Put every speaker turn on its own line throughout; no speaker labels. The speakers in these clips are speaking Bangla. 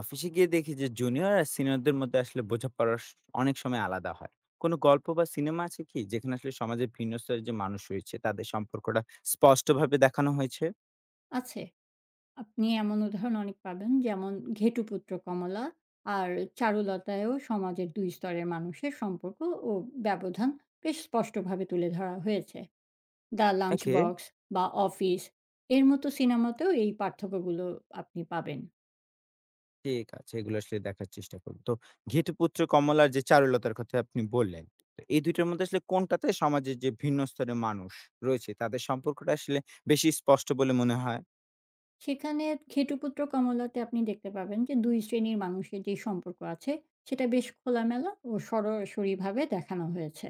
অফিসে গিয়ে দেখি যে জুনিয়র আর সিনিয়রদের মধ্যে আসলে অনেক সময় আলাদা হয়। কোনো গল্প বা সিনেমা আছে কি যেখানে আসলে সমাজের ভিন্ন স্তরের যে মানুষ রয়েছে তাদের সম্পর্কটা স্পষ্টভাবে দেখানো হয়েছে?
আছে। আপনি এমন উদাহরণ অনেক পাবেন। যেমন 'ঘেটুপুত্র কমলা' আর 'চারুলতায়ও' সমাজের ২ স্তরের মানুষের সম্পর্ক ও ব্যবধান বেশ স্পষ্টভাবে তুলে ধরা হয়েছে। 'দ্য লাঞ্চ
ওকে,
বক্স' বা 'অফিস' এর মতো সিনেমাতেও এই পার্থক্যগুলো আপনি পাবেন।
ঠিক আছে, এগুলো আসলে দেখার চেষ্টা করবো। তো ঘেটুপুত্র কমলার যে চারুলতার কথা আপনি বললেন, তো এই দুইটার মধ্যে আসলে কোনটাতে সমাজের যে ভিন্ন স্তরের মানুষ রয়েছে তাদের সম্পর্কটা আসলে বেশি স্পষ্ট বলে মনে হয়?
সেখানে ঘেটুপুত্র কমলাতে আপনি দেখতে পাবেন যে ২ শ্রেণীর মানুষের যে সম্পর্ক আছে সেটা বেশ খোলামেলা ও সরাসরিভাবে দেখানো হয়েছে।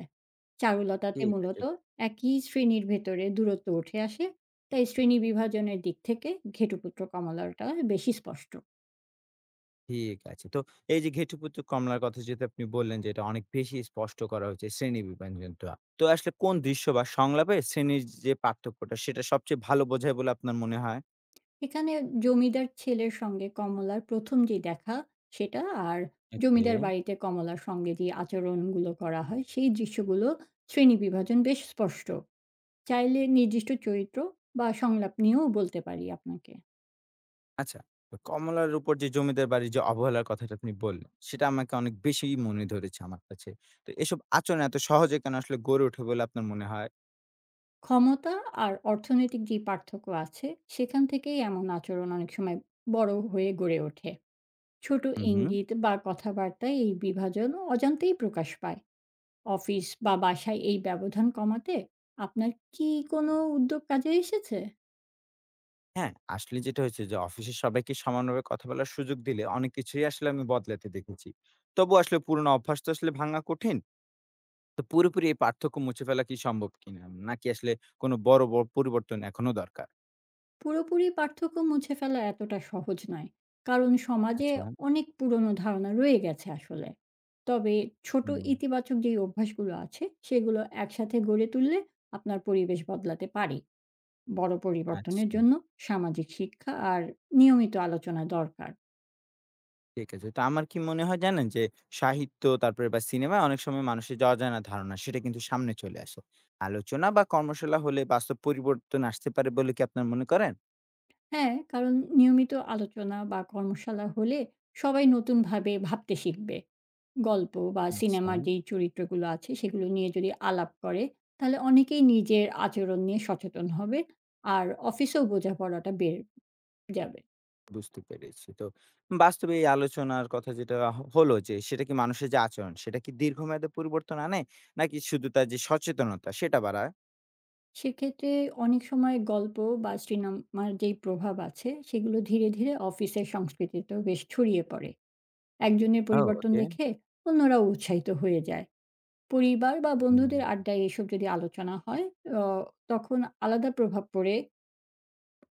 চারুলতাতে
ঠিক আছে।
মূলত একই শ্রেণীর ভেতরে দূরত্ব উঠে আসে, তাই শ্রেণী বিভাজনের দিক থেকে ঘেটুপুত্র কমলাটা বেশি স্পষ্ট।
ঠিক আছে। তো এই যে ঘেটুপুত্র কমলার কথা যেহেতু আপনি বললেন যে, এটা অনেক বেশি স্পষ্ট করা হয়েছে শ্রেণী বিভাজনটা। তো আসলে কোন দৃশ্য বা সংলাপে শ্রেণীর যে পার্থক্যটা সেটা সবচেয়ে ভালো বোঝায় বলে আপনার মনে হয়?
এখানে জমিদার ছেলের সঙ্গে কমলার ১ম যে দেখা সেটা আর
ওকে।
জমিদার বাড়িতে কমলার সঙ্গে যে আচরণগুলো করা হয় সেই দৃশ্যগুলো শ্রেণী বিভাজন বেশ স্পষ্ট। চাইলে নির্দিষ্ট চরিত্র বা সংলাপ নিয়েও বলতে পারি আপনাকে।
আচ্ছা, তো কমলার উপর যে জমিদার বাড়ির যে অবহেলার কথাটা আপনি বললেন, সেটা আমাকে অনেক বেশিই মনে ধরেছে আমার কাছে। তো এসব আচরণ এত সহজে কেন আসলে গড়ে ওঠে বলে আপনার মনে হয়?
ক্ষমতা আর অর্থনৈতিক যে পার্থক্য আছে, সেখান থেকেই এমন আচরণ অনেক সময় বড় হয়ে গড়ে ওঠে। ছোট
হুম, হুম।
ইঙ্গিত বা কথাবার্তায় এই বিভাজন অজান্তেই প্রকাশ পায়। অফিস বা বাসায় এই ব্যবধান কমাতে আপনার কি কোনো উদ্যোগ কাজে এসেছে?
হ্যাঁ, আসলে যেটা হয়েছে যে অফিসের সবাইকে সমানভাবে কথা বলার সুযোগ দিলে অনেক কিছুই আসলে আমি বদলাতে দেখেছি। তবুও আসলে পুরোনো অভ্যাস তো আসলে ভাঙা কঠিন। তো পুরোপুরি এই পার্থক্য মুছে ফেলা কি সম্ভব কিনা? নাকি আসলে কোনো বড় পরিবর্তন এখনো দরকার?
পুরোপুরি পার্থক্য মুছে ফেলা এতটা সহজ নয়। কারণ সমাজে
আচ্ছা, ভাই।
অনেক পুরনো ধারণা রয়ে গেছে আসলে। তবে ছোট
হুম,
ইতিবাচক যেই অভ্যাসগুলো আছে, সেগুলো একসাথে গড়ে তুললে আপনার পরিবেশ বদলাতে পারে। বড় পরিবর্তনের
আচ্ছা,
জন্য সামাজিক শিক্ষা আর নিয়মিত আলোচনা দরকার।
ঠিক আছে। তো আমার কি মনে হয় জানেন যে সাহিত্য তারপরে বা সিনেমায় অনেক সময় মানুষের যে অজানা ধারণা সেটা কিন্তু সামনে চলে আসে। আলোচনা বা কর্মশালা হলে বাস্তব পরিবর্তন আসতে পারে বলে কি আপনার মনে করেন?
হ্যাঁ, কারণ নিয়মিত আলোচনা বা কর্মশালা হলে সবাই নতুনভাবে ভাবতে শিখবে। গল্প বা
আচ্ছা।
সিনেমার যেই চরিত্রগুলো আছে সেগুলো নিয়ে যদি আলাপ করে তাহলে অনেকেই নিজের আচরণ নিয়ে সচেতন হবে আর অফিসেও বোঝাপড়াটা বেড়ে যাবে।
বুঝতে পেরেছি। তো বাস্তবে এই আলোচনার কথা যেটা হলো যে সেটা কি মানুষের যে আচরণ সেটা কি দীর্ঘমেয়াদে পরিবর্তন আনে? নাকি শুধু তার যে সচেতনতা সেটা বাড়ায়?
সেক্ষেত্রে অনেক সময় গল্প বা সিনেমার যেই প্রভাব আছে সেগুলো ধীরে ধীরে অফিসের সংস্কৃতিতেও বেশ ছড়িয়ে পড়ে, একজনের
ও
পরিবর্তন
ওকে।
দেখে অন্যরাও উৎসাহিত হয়ে যায়। পরিবার বা
হুম।
বন্ধুদের আড্ডায় এসব যদি আলোচনা হয় আহ, তখন আলাদা প্রভাব পড়ে,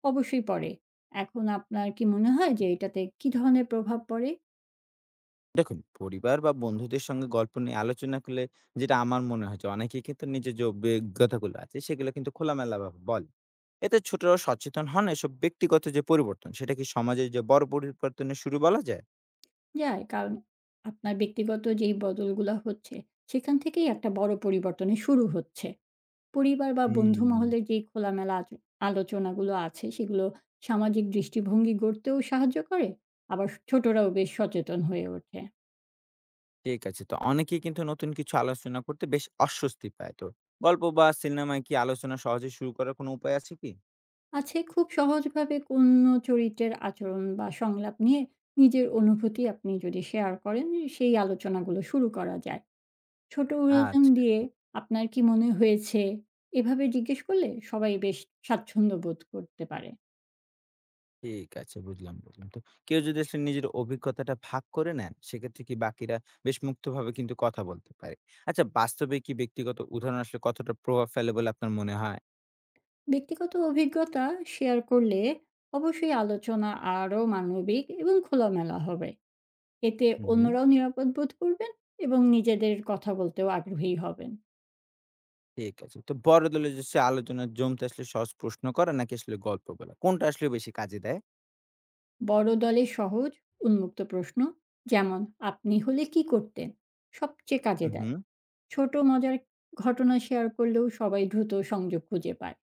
অবশ্যই পড়ে। এখন আপনার কি মনে হয় যে এটাতে কি ধরনের প্রভাব পড়ে?
দেখুন পরিবার বা বন্ধুদের সঙ্গে গল্প নিয়ে আলোচনা করলে যেটা আমার মনে হয় যে অনেকেই কিন্তু নিজের যে অভিজ্ঞতাগুলো আছে সেগুলো কিন্তু খোলামেলাভাবে বলে। এতে ছোটরাও সচেতন হন, এসব ব্যক্তিগত যে পরিবর্তন সেটা কি সমাজের যে বড় পরিবর্তনের শুরু বলা যায়?
যায়। কারণ আপনার ব্যক্তিগত যেই বদলগুলা হচ্ছে, সেখান থেকেই একটা বড় পরিবর্তনের শুরু হচ্ছে। পরিবার বা বন্ধু
হুম।
মহলের যেই খোলামেলা আলোচনাগুলো আছে, সেগুলো সামাজিক দৃষ্টিভঙ্গি গড়তেও সাহায্য করে, আবার ছোটরাও বেশ সচেতন হয়ে ওঠে।
ঠিক আছে। তো অনেকেই কিন্তু নতুন কিছু আলোচনা করতে বেশ অস্বস্তি পায়। তো গল্প বা সিনেমায় কি আলোচনা সহজে শুরু করার কোনো উপায় আছে কি?
আছে। খুব সহজভাবে কোনো চরিত্রের আচরণ বা সংলাপ নিয়ে নিজের অনুভূতি আপনি যদি শেয়ার করেন, সেই আলোচনাগুলো শুরু করা যায়। ছোট উদাহরণ
আচ্ছা,
দিয়ে "আপনার কি মনে হয়েছে?" এভাবে জিজ্ঞেস করলে সবাই বেশ স্বাচ্ছন্দ্য বোধ করতে পারে।
ঠিক আছে। বুঝলাম, বুঝলাম। তো কেউ যদি আসলে নিজের অভিজ্ঞতাটা ভাগ করে নেন, সেক্ষেত্রে কি বাকিরা বেশ মুক্তভাবে কিন্তু কথা বলতে পারে। আচ্ছা, বাস্তবে কি ব্যক্তিগত উদাহরণ আসলে কতটা প্রভাব ফেলে বলে আপনার মনে হয়?
ব্যক্তিগত অভিজ্ঞতা শেয়ার করলে অবশ্যই আলোচনা আরও মানবিক এবং খোলামেলা হবে। এতে
হুম, হুম।
অন্যরাও নিরাপদ বোধ করবেন এবং নিজেদের কথা বলতেও আগ্রহী হবেন।
ঠিক আছে। তো বড় দলে যে সে আলোচনা জমতে আসলে সহজ প্রশ্ন করা নাকি আসলে গল্প বলা, কোনটা আসলে বেশি কাজে দেয়?
বড় দলে সহজ, উন্মুক্ত প্রশ্ন যেমন "আপনি হলে কি করতেন?" সবচেয়ে কাজে
হুম,
দেয়।
হুম।
ছোট মজার ঘটনা শেয়ার করলেও সবাই দ্রুত সংযোগ খুঁজে পায়।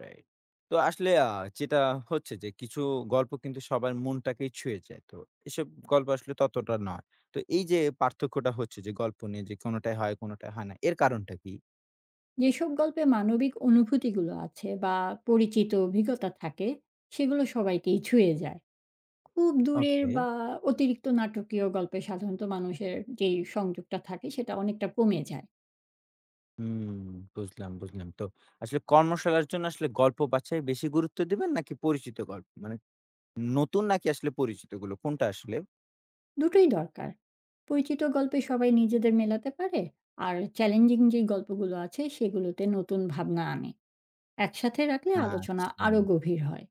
রাইট। তো আসলে আ যেটা হচ্ছে যে কিছু গল্প কিন্তু সবার মনটাকেই ছুঁয়ে যায়। তো এসব গল্প আসলে ততটা নয়। তো এই যে পার্থক্যটা হচ্ছে যে গল্প নিয়ে যে কোনটায় হয়, কোনটায় হয় না। এর কারণটা কি?
যেসব গল্পে মানবিক অনুভূতিগুলো আছে বা পরিচিত অভিজ্ঞতা থাকে সেগুলো সবাইকেই ছুঁয়ে যায়। খুব দূরের
ওকে।
বা অতিরিক্ত নাটকীয় গল্পে সাধারণত মানুষের যে সংযোগটা থাকে সেটা অনেকটা কমে যায়।
হুম, বুঝলাম, বুঝলাম। তো আসলে কর্মশালার জন্য আসলে গল্প বাছাই বেশি গুরুত্ব দিবেন নাকি পরিচিত গল্প? মানে নতুন নাকি আসলে পরিচিতগুলো কোনটা আসলে?
দুটোই দরকার। পরিচিত গল্পে সবাই নিজেদের মেলাতে পারে, আর চ্যালেঞ্জিং যে গল্পগুলো আছে সেগুলোতে নতুন ভাবনা আনে। একসাথে রাখলে আলোচনা
আচ্ছা।
আরো গভীর হয়।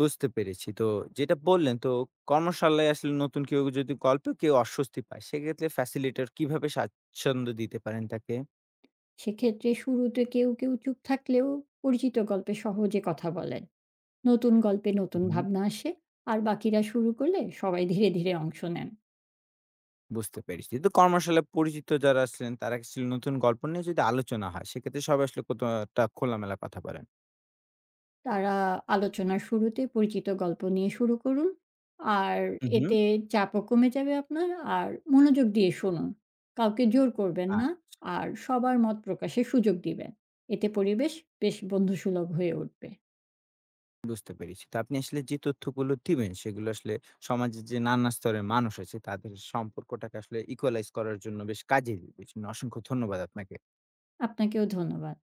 বুঝতে পেরেছি। তো যেটা বললেন, তো কর্মশালায় আসলে নতুন কেউ যদি গল্পে কেউ অস্বস্তি পায়, সেক্ষেত্রে ফ্যাসিলিটেটর কিভাবে স্বাচ্ছন্দ্য দিতে পারেন তাকে?
সেক্ষেত্রে শুরুতে কেউ কেউ চুপ থাকলেও পরিচিত গল্পে সহজে কথা বলেন, নতুন গল্পে নতুন
হুম।
ভাবনা আসে, আর বাকিরা শুরু করলে সবাই ধীরে ধীরে অংশ নেন।
বুঝতে পেরেছি। তো কর্মশালায় পরিচিত যারা আসলেন তারা আসলে নতুন গল্প নিয়ে যদি আলোচনা হয়, সেক্ষেত্রে সবাই আসলে কতটা খোলামেলা কথা বলেন?
তারা আলোচনার শুরুতে পরিচিত গল্প নিয়ে শুরু করুন, আর
হু, হুম।
এতে চাপও কমে যাবে আপনার। আর মনোযোগ দিয়ে শুনুন, কাউকে জোর করবেন না,
আচ্ছা,
আর সবার মত প্রকাশের সুযোগ দিবেন। এতে পরিবেশ বেশ বন্ধুসুলভ হয়ে উঠবে।
বুঝতে পেরেছি। তো আপনি আসলে যে তথ্যগুলো দিবেন সেগুলো আসলে সমাজের যে নানা স্তরের মানুষ আছে তাদের সম্পর্কটাকে আসলে ইকুয়ালাইজ করার জন্য বেশ কাজে দিবে। এজন্য অসংখ্য ধন্যবাদ আপনাকে।
আপনাকেও ধন্যবাদ।